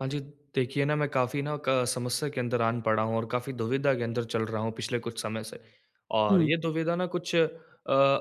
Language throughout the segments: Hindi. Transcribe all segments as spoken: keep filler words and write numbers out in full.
हाँ जी, देखिए ना मैं काफ़ी ना क समस्या के अंदर आन पड़ा हूँ और काफ़ी दुविधा के अंदर चल रहा हूँ पिछले कुछ समय से। और हुँ, ये दुविधा ना कुछ अ,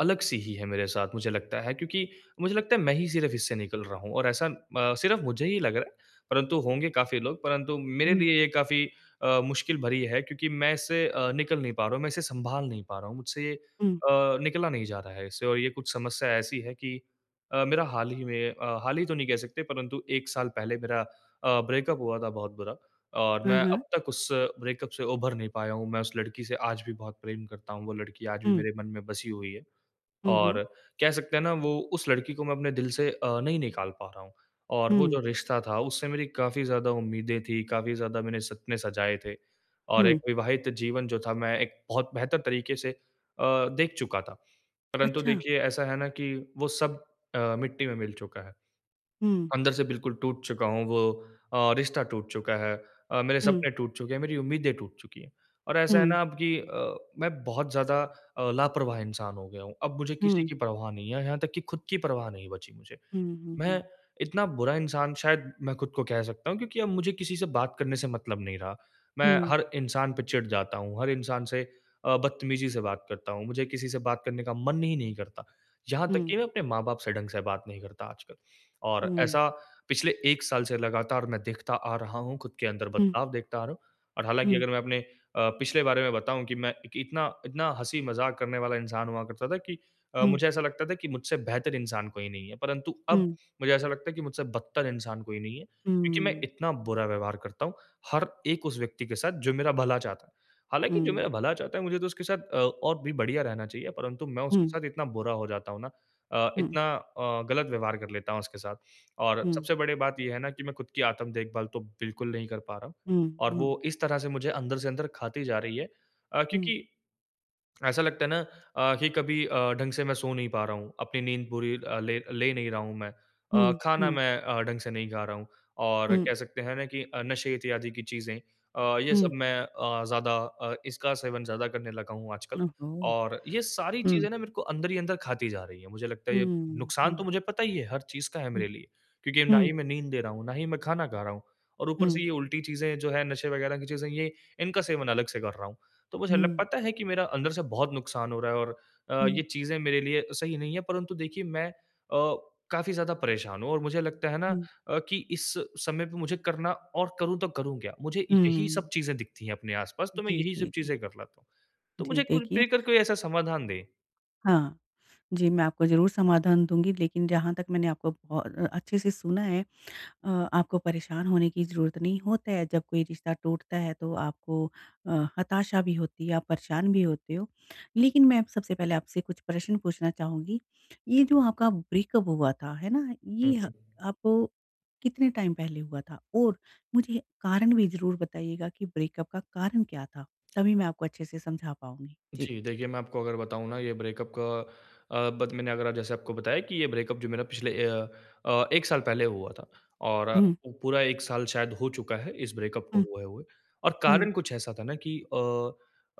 अलग-सी ही है मेरे साथ मुझे लगता है क्योंकि मुझे लगता है मैं ही सिर्फ़ इससे निकल रहा हूँ और ऐसा अ, सिर्फ़ मुझे ही लग रहा है, परंतु होंगे काफ़ी लोग परंतु मेरे हुँ, लिए ये काफ़ी अ, मुश्किल भरी है क्योंकि मैं इससे अ, निकल नहीं पा रहा हूँ, मैं इसे सँभाल नहीं पा रहा हूँ, मुझसे ये हुँ। अ, निकला नहीं जा रहा है इससे और ये कुछ समस्या ऐसी है कि अ, मेरा हाल ही में अ, हाल ही तो नहीं कह सकते परंतु एक साल पहले मेरा अ, ब्रेकअप हुआ था बहुत बुरा और हाँ, मैं हाँ। अब तक उस ब्रेकअप से उभर नहीं पाया हूँ। मैं उस लड़की से आज भी बहुत प्रेम करता हूँ, वो लड़की आज भी हुँ, मेरे मन में बसी हुई है हुँ, हुँ, और कह सकते हैं ना वो उस लड़की को मैं अपने दिल से अ, नहीं निकाल पा रहा हूँ और वो हुँ, जो रिश्ता था उससे मेरी काफ़ी ज़्यादा उम्मीदें थी, काफ़ी ज़्यादा मैंने सपने सजाए थे और एक हुँ। विवाहित जीवन जो था मैं एक बहुत बेहतर तरीके से अ, देख चुका था। परंतु अच्छा। देखिए ऐसा है ना कि वो सब अ, मिट्टी में मिल चुका है। हुँ, अंदर से बिल्कुल टूट चुका हूँ, वो अ, रिश्ता टूट चुका है, अ, मेरे हुँ, सपने टूट चुके हैं, मेरी उम्मीदें टूट चुकी हैं। और ऐसा है हुँ, ना अब कि अ, मैं बहुत ज़्यादा अ, लापरवाह इंसान हो गया हूँ। अब मुझे किसी हुँ, की परवाह नहीं है, यहाँ तक कि खुद की परवाह नहीं बची मुझे। हुँ, हुँ, हुँ, हुँ, मैं इतना बुरा इंसान शायद मैं खुद को कह सकता हूँ क्योंकि अब मुझे किसी से बात करने से मतलब नहीं रहा। मैं हुँ, हर इंसान पे चिढ़ जाता हूँ, हर इंसान से अ, बदतमीज़ी से बात करता हूँ, मुझे किसी से बात करने का मन ही नहीं करता। यहाँ तक हुँ, कि मैं अपने माँ-बाप से ढंग से बात नहीं करता आजकल और हुँ, ऐसा पिछले एक साल से लगातार मैं देखता आ रहा हूँ, खुद के अंदर हुँ, बदलाव देखता आ रहा हूँ और हालाँकि हुँ, अगर मैं अपने अ, पिछले बारे में बताऊँ कि मैं कि इतना इतना हँसी-मज़ाक करने वाला इंसान हुआ करता था कि अ, हुँ, मुझे ऐसा लगता था कि मुझसे बेहतर इंसान कोई नहीं है, परंतु अब हुँ, मुझे ऐसा लगता है कि मुझसे बदतर इंसान कोई नहीं है, क्योंकि मैं हुँ, इतना बुरा व्यवहार करता हूँ, हर एक उस व्यक्ति के साथ जो मेरा भला चाहता है। हालाँकि जो मेरा हुँ, भला चाहता है मुझे तो उसके साथ अ, और भी बढ़िया रहना चाहिए, परंतु मैं उसके हुँ, साथ इतना बुरा हो जाता हूँ ना, अ, हुँ, इतना अ, गलत व्यवहार कर लेता हूँ उसके साथ और हुँ, सबसे बड़ी बात ये है ना कि मैं खुद की आत्म देखभाल तो बिल्कुल नहीं कर पा रहा हूँ और हुँ, वो इस तरह से मुझे अंदर से अंदर खाती जा रही है अ, हुँ, क्योंकि ऐसा लगता है ना अ, कि कभी अ, ढंग से मैं सो नहीं पा रहा हूँ, अपनी नींद पूरी अ, ले ले नहीं रहा हूँ मैं। अ, हुँ, खाना हुँ, मैं अ, ढंग से नहीं खा रहा हूँ और हुँ, कह सकते हैं ना कि अ, नशे इत्यादि की चीज़ें अ, ये हुँ। सब मैं अ, ज़्यादा अ, इसका सेवन ज़्यादा करने लगा हूँ आजकल ओहो! और ये सारी हुँ, चीज़ें ना मेरे को अंदर ही अंदर खाती जा रही हैं। मुझे लगता है ये हुँ, नुकसान तो हुँ, मुझे पता ही है हर चीज़ का है हुँ, मेरे लिए, क्योंकि ना हुँ, ही मैं नींद ले रहा हूँ, ना ही मैं खाना खा रहा हूँ और ऊपर हुँ, से ये उल्टी चीज़ें जो है नशे वगैरह की चीज़ें ये इनका सेवन अलग से कर रहा हूँ। तो मुझे ल हुँ, पता है कि मेरा अंदर से बहुत नुकसान हो रहा है और अ, ये चीज़ें मेरे लिए सही नहीं है, परंतु देखिए मैं अ, काफ़ी ज़्यादा परेशान हूँ और मुझे लगता है ना हुँ, अ, कि इस समय पे मुझे करना और करूँ तो करूँ क्या? मुझे हुँ, यही सब हुँ। चीज़ें दिखती हैं अपने आस-पास, तो मैं जी, यही सब जी, जी। चीज़ें कर लेता हूँ। तो जी, मुझे कुल देखिए मिलकर कोई ऐसा समाधान दें। हाँ। जी, मैं आपको ज़रूर समाधान दूँगी, लेकिन जहाँ तक मैंने आपको बहु अ, अच्छे से सुना है। अ, आपको परेशान होने की ज़रूरत नहीं। होता है जब कोई रिश्ता टूटता है तो आपको अ, हताशा भी होती है, आप परेशान भी होते हो। लेकिन मैं सबसे पहले आपसे कुछ प्रश्न पूछना चाहूँगी। ये जो आपका ब्रेकअप हुआ था, है ना? हुँ, ये ह हुँ। आपको कितने टाइम पहले हुआ था? और मुझे कारण भी ज़रूर बताइएगा कि ब्रेकअप का कारण क्या था? तभी मैं आपको अच्छे से समझा पाऊँगी। जी। जी, देखिए मैं आपको अगर बताऊँ ना ये ब्रेकअप का अ, बत मैंने अगर जैसे आपको बताया कि ये ब्रेकअप जो मेरा पिछले अ अ, एक साल पहले हुआ था और अ, हुँ, वो पूरा एक साल शायद हो चुका है इस ब्रेकअप को हुँ, हुए हुए और हुँ। कारण कुछ ऐसा था ना कि अ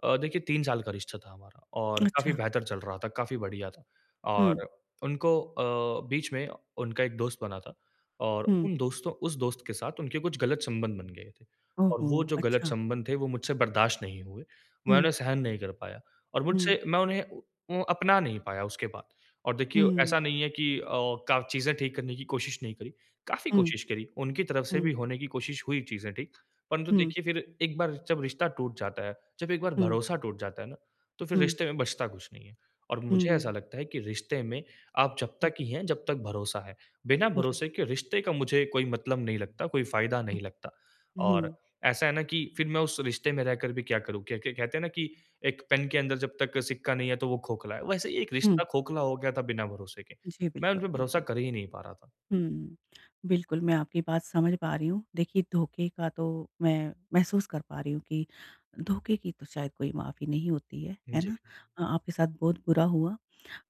अ, देखिए तीन साल का रिश्ता था हमारा और काफ़ी अच्छा। बेहतर चल रहा था, काफ़ी बढ़िया था हुँ, और उनको अ, बीच में उनका एक दोस्त बना था और हुँ। उन दोस्तों उस दोस्त के साथ उनके कुछ गलत संबंध बन गए थे और ओहो! वो जो गलत अच्छा। संबंध थे वो मुझसे बर्दाश्त नहीं हुए, मैं हुँ, उन्हें सहन नहीं कर पाया और हुँ, मुझसे मैं उन्हें उ अपना नहीं पाया उसके बाद। और देखिए हुँ, ऐसा नहीं है कि अ, का चीज़ें ठीक करने की कोशिश नहीं करी, काफ़ी हुँ, कोशिश करी, उनकी तरफ से हुँ, भी होने की कोशिश हुई चीज़ें ठीक। परंतु हुँ, देखिए फिर एक बार जब रिश्ता टूट जाता है, जब एक बार हुँ, भरोसा टूट जाता है ना, तो फिर हुँ, रिश्ते में बचता कुछ नहीं है। और मुझे ऐसा हुँ, लगता है कि रिश्ते में आप जब तक ही हैं, जब तक भरोसा है। बिना हुँ, जी। भरोसे के रिश्ते का मुझे कोई मतलब नहीं लगता, कोई फ़ायदा हुँ, नहीं लगता। और हुँ, ऐसा है ना कि फिर मैं उस रिश्ते में रहकर भी क्या करूँ? क्या क्या कहते हैं ना कि एक पेन के अंदर जब तक सिक्का नहीं है तो वो खोखला है। वैसे ही एक हुँ। रिश्ता खोखला हो गया था बिना भरोसे के। जी, मैं उन बिल्कुल, पे भरोसा बिल्कुल। कर ही नहीं पा रहा था। हुँ, बिल्कुल, मैं आपकी बात समझ पा रही हूँ। देखिए, धोखे का तो मैं महसूस कर पा रही हूँ कि धोखे की तो शायद कोई माफ़ी नहीं होती है, है जी। ना? अ, आपके साथ बहुत बुरा हुआ।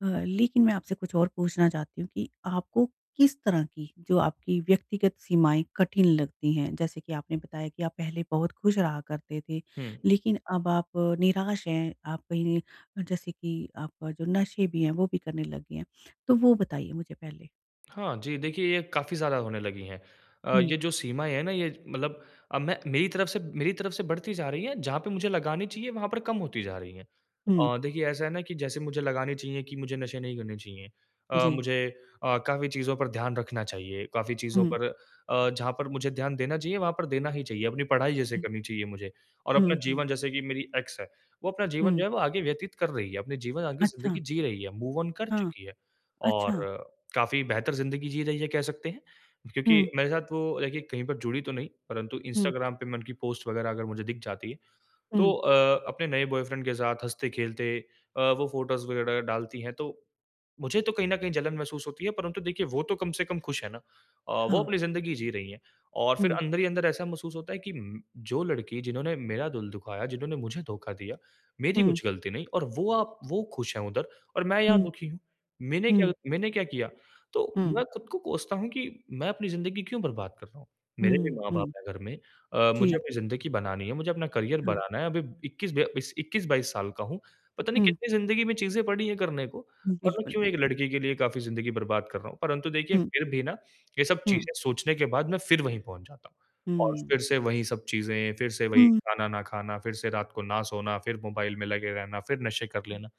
अ, लेकिन मैं आपसे कुछ और पूछना चाहती हूँ कि आपको किस तरह की जो आपकी व्यक्तिगत सीमाएँ कठिन लगती हैं? जैसे कि आपने बताया कि आप पहले बहुत खुश रहा करते थे, हुँ। लेकिन अब आप निराश हैं, आप कहीं जैसे कि आपका जो नशे भी हैं, वो भी करने लग गए हैं। तो वो बताइए मुझे पहले? हाँ जी, देखिए ये काफ़ी ज़्यादा होने लगी हैं। अ, हुँ, ये जो सीमाएँ हैं ना ये मतलब अब मैं मेरी तरफ से मेरी तरफ से बढ़ती जा रही हैं, जहाँ पे मुझे लगानी चाहिए वहाँ पर कम होती जा रही हैं। हुँ, अ, देखिए ऐसा है ना कि जैसे मुझे लगानी चाहिए कि मुझे नशे नहीं करने चाहिए। अ, जी। मुझे अ, काफ़ी चीज़ों पर ध्यान रखना चाहिए, काफ़ी चीज़ों हुँ, पर अ, जहाँ पर मुझे ध्यान देना चाहिए वहाँ पर देना ही चाहिए, अपनी पढ़ाई जैसे हुँ, करनी चाहिए मुझे और हुँ, अपना हुँ, जीवन जैसे कि मेरी एक्स है, वो अपना जीवन हुँ। जो है वो आगे व्यतीत कर रही है, अपने जीवन आगे अच्छा, ज़िंदगी जी रही है, मूव ऑन कर हाँ, चुकी है। और अच्छा। काफ़ी बेहतर ज़िंदगी जी रही है कह सकते हैं। क्योंकि हुँ, मेरे साथ वो देखिए कहीं पर जुड़ी तो नहीं, परंतु हुँ, इंस्टाग्राम पे मैं उनकी पोस्ट वगैरह अगर मुझे दिख जाती है, हुँ, तो अ, अपने नए बॉयफ्रेंड के साथ हँसते-खेलते, अ, वो फ़ोटोज़ वगैरह डालती हैं, तो मुझे तो कहीं न कहीं जलन महसूस होती है, परंतु देखिए वो तो कम से कम खुश है ना। अ, वो हाँ, अपनी ज़िंदगी जी रही हैं और फिर हुँ, अंदर ही अंदर ऐसा महसूस होता है कि उम, जो लड़की जिन्होंने मेरा दिल दुखाया, जिन्होंने मुझे धोखा दिया, मेरी हुँ, कुछ गलती नहीं और वो आप वो खुश हैं उधर और मैं यहाँ हुँ, दुखी हूँ। मैंने हुँ, क्या मैंने क्या किया? तो हुँ, मैं खुद को कोसता हूँ कि मैं अपनी ज़िंदगी क्यों बर्बाद कर रहा हूँ? मेरे भी हुँ, माँ-बाप हुँ, हैं घर में। अ, मुझे जी, अपनी ज़िंदगी बनानी है, मुझे अपना करियर हाँ, बनाना है। अभी 21 बे बीस इक्कीस बाईस साल का हूँ। पता नहीं हुँ। कितनी ज़िंदगी में चीज़ें पड़ी हैं करने को और मैं बिल्कुल, क्यों एक बिल्कुल। लड़की के लिए काफ़ी ज़िंदगी बर्बाद कर रहा हूँ। परंतु देखिए हुँ, फिर भी ना ये सब हुँ, चीज़ें सोचने के बाद मैं फिर वहीं पहुँच जाता हूँ और हुँ। फिर से वही सब चीज़ें, फिर से वही हुँ। खाना ना खाना, फिर से रात को ना सोना, फिर मोबाइल में लगे रहना, फिर नशे कर लेना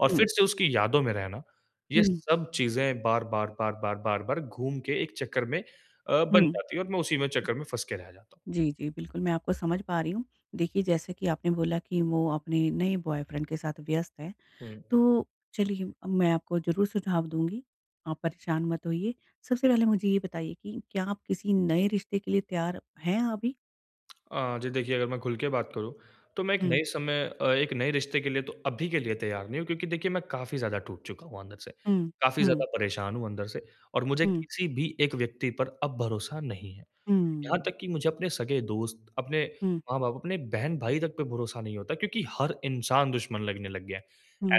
और फिर हुँ, से उसकी यादों में रहना। ये हुँ, सब चीज़ें बार-बार, बार-बार, बार-बार घूम के एक चक्कर में अ, बन हुँ। जाती है और मैं उसी में चक्कर में फँस के रह जाता हूँ। जी, जी, बिल्कुल मैं आपको समझ पा रही हूँ। देखिए जैसे कि आपने बोला कि वो अपने नए बॉयफ्रेंड के साथ व्यस्त है, हुँ। तो चलिए मैं आपको ज़रूर सुझाव दूँगी, आप परेशान मत होइए। सबसे पहले मुझे ये बताइए कि क्या आप किसी नए रिश्ते के लिए तैयार हैं अभी? अ, जी देखिए अगर मैं खुल के बात करूँ, तो मैं एक हुँ, नए समय अ, एक नए रिश्ते के लिए तो अभी के लिए तैयार नहीं हूँ क्योंकि देखिए मैं काफ़ी ज़्यादा टूट चुका हूँ अंदर से। हुँ, काफ़ी हुँ, ज़्यादा परेशान हूँ अंदर से और मुझे हुँ, किसी भी एक व्यक्ति पर अब भरोसा नहीं है। हुँ, यहाँ तक कि मुझे अपने सगे दोस्त, अपने हुँ, माँ-बाप, अपने बहन-भाई तक पे भरोसा नहीं होता क्योंकि हर इंसान दुश्मन लगने लग गया है।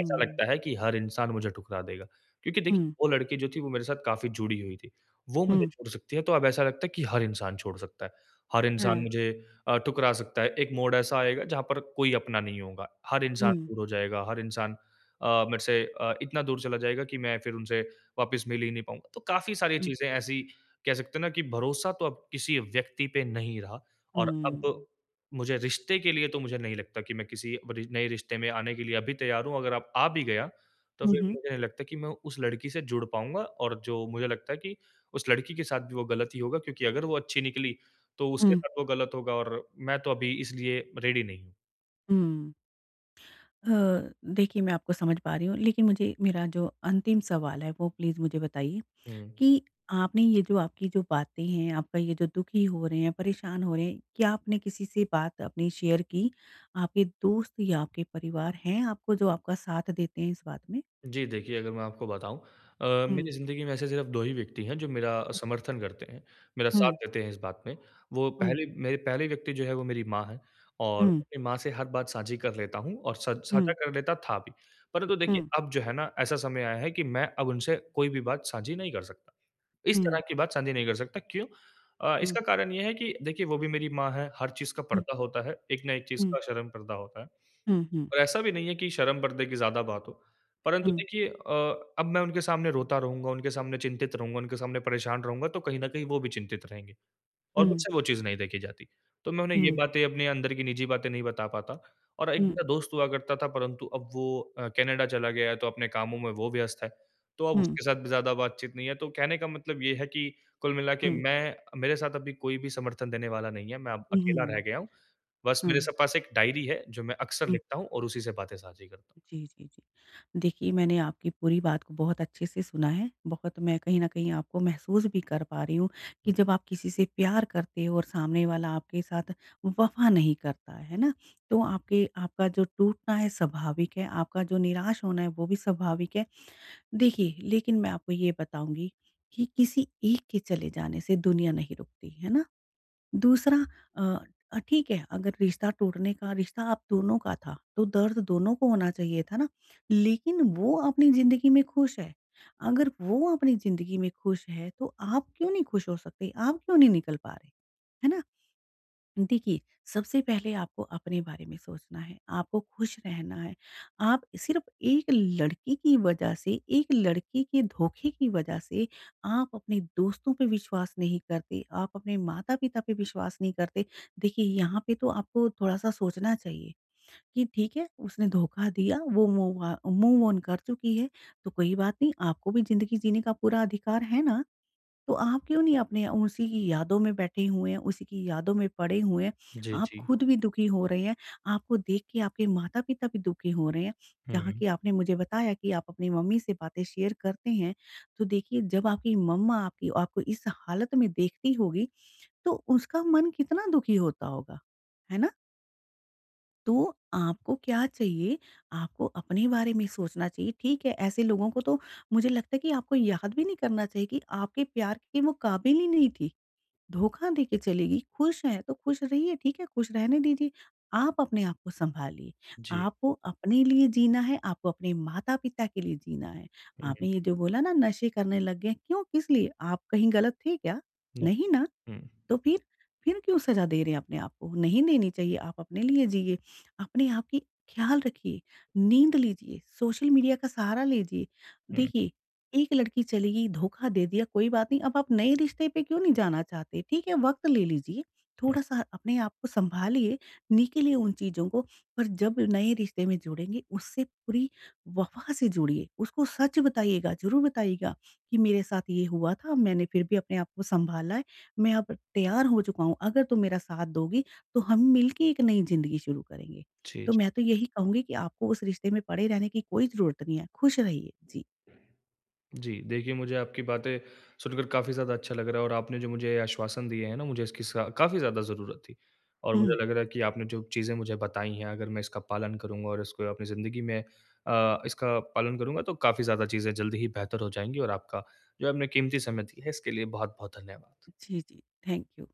ऐसा लगता है कि हर इंसान मुझे ठुकरा देगा। क्योंकि देखिए हुँ, वो लड़की जो थी वो मेरे साथ काफ़ी जुड़ी हुई थी। वो मुझे हुँ, छोड़ सकती है तो अब ऐसा लगता है कि हर इंसान छोड़ सकता है। हर इंसान हाँ, मुझे अ, ठुकरा सकता है। एक मोड़ ऐसा आएगा जहाँ पर कोई अपना नहीं होगा। हर इंसान हुँ, दूर हो जाएगा, हर इंसान अ, मेरे से अ, इतना दूर चला जाएगा कि मैं फिर उनसे वापस मिल ही नहीं पाऊँगा। तो काफ़ी सारी हुँ, चीज़ें ऐसी कह सकते हैं ना कि भरोसा तो अब किसी व्यक्ति पे नहीं रहा और अब हुँ। मुझे रिश्ते के लिए तो मुझे नहीं लगता कि मैं किसी रि नए रिश्ते में आने के लिए अभी तैयार हूँ। अगर आप आ भी गया, तो हुँ, हुँ, फिर हुँ, मुझे नहीं लगता कि मैं उस लड़की से जुड़ पाऊँगा और जो मुझे लगता है कि उस लड़की के साथ भी वो गलत ही होगा क्योंकि अगर वो अच्छी निकली, तो उसके साथ वो गलत होगा और मैं तो अभी इसलिए रेडी नहीं हूँ। हुँ। अ, देखिए मैं आपको समझ पा रही हूँ, लेकिन मुझे मेरा जो अंतिम सवाल है वो प्लीज़ मुझे बताइए हुँ। कि आपने ये जो आपकी जो बातें हैं, आपका ये जो दुखी हो रहे हैं, परेशान हो रहे हैं, क्या आपने किसी से बात अपनी शेयर की? आपके दोस्त या आपके परिवार हैं आपको जो आपका साथ देते हैं इस बात में? जी, देखिए अगर मैं आपको बताऊँ, अ, हुँ, मेरी ज़िंदगी में ऐसे सिर्फ़ दो ही व्यक्ति हैं जो मेरा समर्थन करते हैं, मेरा साथ हुँ, देते हैं इस बात में। वो हुँ, पहले मेरे पहले व्यक्ति जो है वो मेरी माँ है और हुँ, अपनी माँ से हर बात साझी कर लेता हूँ और स साझा हुँ, कर लेता था भी। परंतु देखिए हुँ, अब जो है ना ऐसा समय आया है कि मैं अब उनसे कोई भी बात साझी नहीं कर सकता। इस तरह हुँ, की बात साझी नहीं कर सकता क्यों? अ, हुँ, इसका कारण ये है कि देखिए वो भी मेरी माँ है, हर चीज़ का हुँ, पर्दा होता है, एक ना एक चीज़ का शर्म पर्दा होता है। हुँ, हुँ, और ऐसा भी नहीं है कि शर्म-पर्दे की ज़्यादा बात हो। परंतु हुँ, देखिए अ, अब मैं उनके सामने रोता रहूँगा, उनके सामने चिंतित रहूँगा, उनके सामने परेशान रहूँगा, तो कहीं न कहीं वो भी चिंतित रहेंगे। और हुँ, मुझसे वो चीज़ नहीं देखी जाती। तो मैं उन्हें हुँ, ये हुँ, बातें अपने अंदर की निजी बातें नहीं बता पाता और एक हुँ, मेरा दोस्त हुआ करता था परंतु अब वो अ, कनाडा चला गया है तो अपने कामों में वो व्यस्त है। तो अब हुँ, उसके साथ भी ज़्यादा बातचीत नहीं है। तो कहने का मतलब ये है कि कुल मिला के हुँ, मैं मेरे साथ अभी कोई भी समर्थन देने वाला नहीं है। मैं अब हुँ, अकेला रह हुँ, गया हूँ। बस हुँ, मेरे हुँ। स पास एक डायरी है जो मैं अक्सर लिखता हूँ और उसी से बातें साझी करता जी, जी, जी। देखिए, मैंने आपकी पूरी बात को बहुत अच्छे से सुना है। बहुत मैं कहीं न कहीं आपको महसूस भी कर पा रही हूँ कि हूँ। हुँ। जब आप किसी से प्यार करते हो और सामने वाला आपके साथ वफ़ा नहीं करता, है ना? तो आपके आपका जो टूटना है स्वाभाविक है, आपका जो निराश होना है वो भी स्वाभाविक है। देखिए, लेकिन मैं आपको ये बताऊँगी कि किसी एक के चले जाने से दुनिया नहीं रुकती, है ना? दूसरा अ अ, ठीक है, अगर रिश्ता टूटने का रिश्ता आप दोनों का था, तो दर्द दोनों को होना चाहिए था ना। लेकिन वो अपनी ज़िंदगी में खुश है, अगर वो अपनी ज़िंदगी में खुश है, तो आप क्यों नहीं खुश हो सकते? आप क्यों नहीं निकल पा रहे? है ना? देखिए, सबसे पहले आपको अपने बारे में सोचना है, आपको खुश रहना है। आप सिर्फ़ एक लड़की की वजह से, एक लड़के के धोखे की वजह से आप अपने दोस्तों पे विश्वास नहीं करते, आप अपने माता-पिता पे विश्वास नहीं करते। देखिए, यहाँ पे तो आपको थोड़ा-सा सोचना चाहिए कि ठीक है, उसने धोखा दिया, वो मूव अ, मूव ऑन कर चुकी है, तो कोई बात नहीं, आपको भी ज़िंदगी जीने का पूरा अधिकार है ना। तो आप क्यों नहीं अपने उसी की यादों में बैठे हुए हैं, उसी की यादों में पड़े हुए हैं। जी, आप जी। खुद भी दुखी हो रहे हैं, आपको देख के आपके माता-पिता भी दुखी हो रहे हैं। जहाँ हुँ, कि आपने मुझे बताया कि आप अपनी मम्मी से बातें शेयर करते हैं, तो देखिए जब आपकी मम्मा आपकी आपको इस हालत में देखती होगी, तो उसका मन कितना दुखी होता होगा, है ना? तो आपको क्या चाहिए, आपको अपने बारे में सोचना चाहिए। ठीक है, ऐसे लोगों को तो मुझे लगता है कि आपको याद भी नहीं करना चाहिए कि आपके प्यार के वो काबिल ही नहीं थी। धोखा देके चलेगी, खुश हैं तो खुश रहिए, ठीक है? खुश रहने दीजिए। आप अपने आप को सँभालिए, जी। आपको अपने लिए जीना है, आपको अपने माता-पिता के लिए जीना है। हुँ, हुँ, आपने ये जो बोला ना नशे करने लग गए, क्यों? किस लिए? आप कहीं गलत थे क्या? नहीं ना। हुँ, तो फिर फिर क्यों सज़ा दे रहे हैं अपने आप को? नहीं देनी चाहिए, आप अपने लिए जिए, अपने आप की ख़्याल रखिए, नींद लीजिए, सोशल मीडिया का सहारा लीजिए। हुँ, देखिए, एक लड़की चली गई, धोखा दे दिया, कोई बात नहीं, अब आप नए रिश्ते पे क्यों नहीं जाना चाहते? ठीक है, वक़्त ले लीजिए, हुँ। थोड़ा-सा अपने आप को सँभालिए, निकलिए उन चीज़ों को, पर जब नए रिश्ते में जुड़ेंगे, उससे पूरी वफ़ा से जुड़िए, उसको सच बताइएगा, ज़रूर बताइएगा कि, "मेरे साथ ये हुआ था, मैंने फिर भी अपने आप को सँभाला है।" मैं अब तैयार हो चुका हूँ, अगर तुम मेरा साथ दोगी, तो हम मिलके एक नई ज़िंदगी शुरू करेंगे। जी, तो जी। मैं तो यही कहूँगी कि आपको उस रिश्ते में पड़े रहने की कोई ज़रूरत नहीं है, खुश रहिए। जी। जी, देखिए मुझे आपकी बातें सुनकर काफ़ी ज़्यादा अच्छा लग रहा है और आपने जो मुझे आश्वासन दिए हैं ना, मुझे इसकी सा काफ़ी ज़्यादा ज़रूरत थी। और मुझे हुँ। लग रहा है कि आपने जो चीज़ें मुझे बताई हैं, अगर मैं इसका पालन करूँगा और इसको अपनी ज़िंदगी में अ, इसका पालन करूँगा तो काफ़ी ज़्यादा चीज़ें जल्दी ही बेहतर हो जाएँगी और आपका जो आपने कीमती समय दिया है, इसके लिए बहुत-बहुत धन्यवाद। जी, जी। Thank you.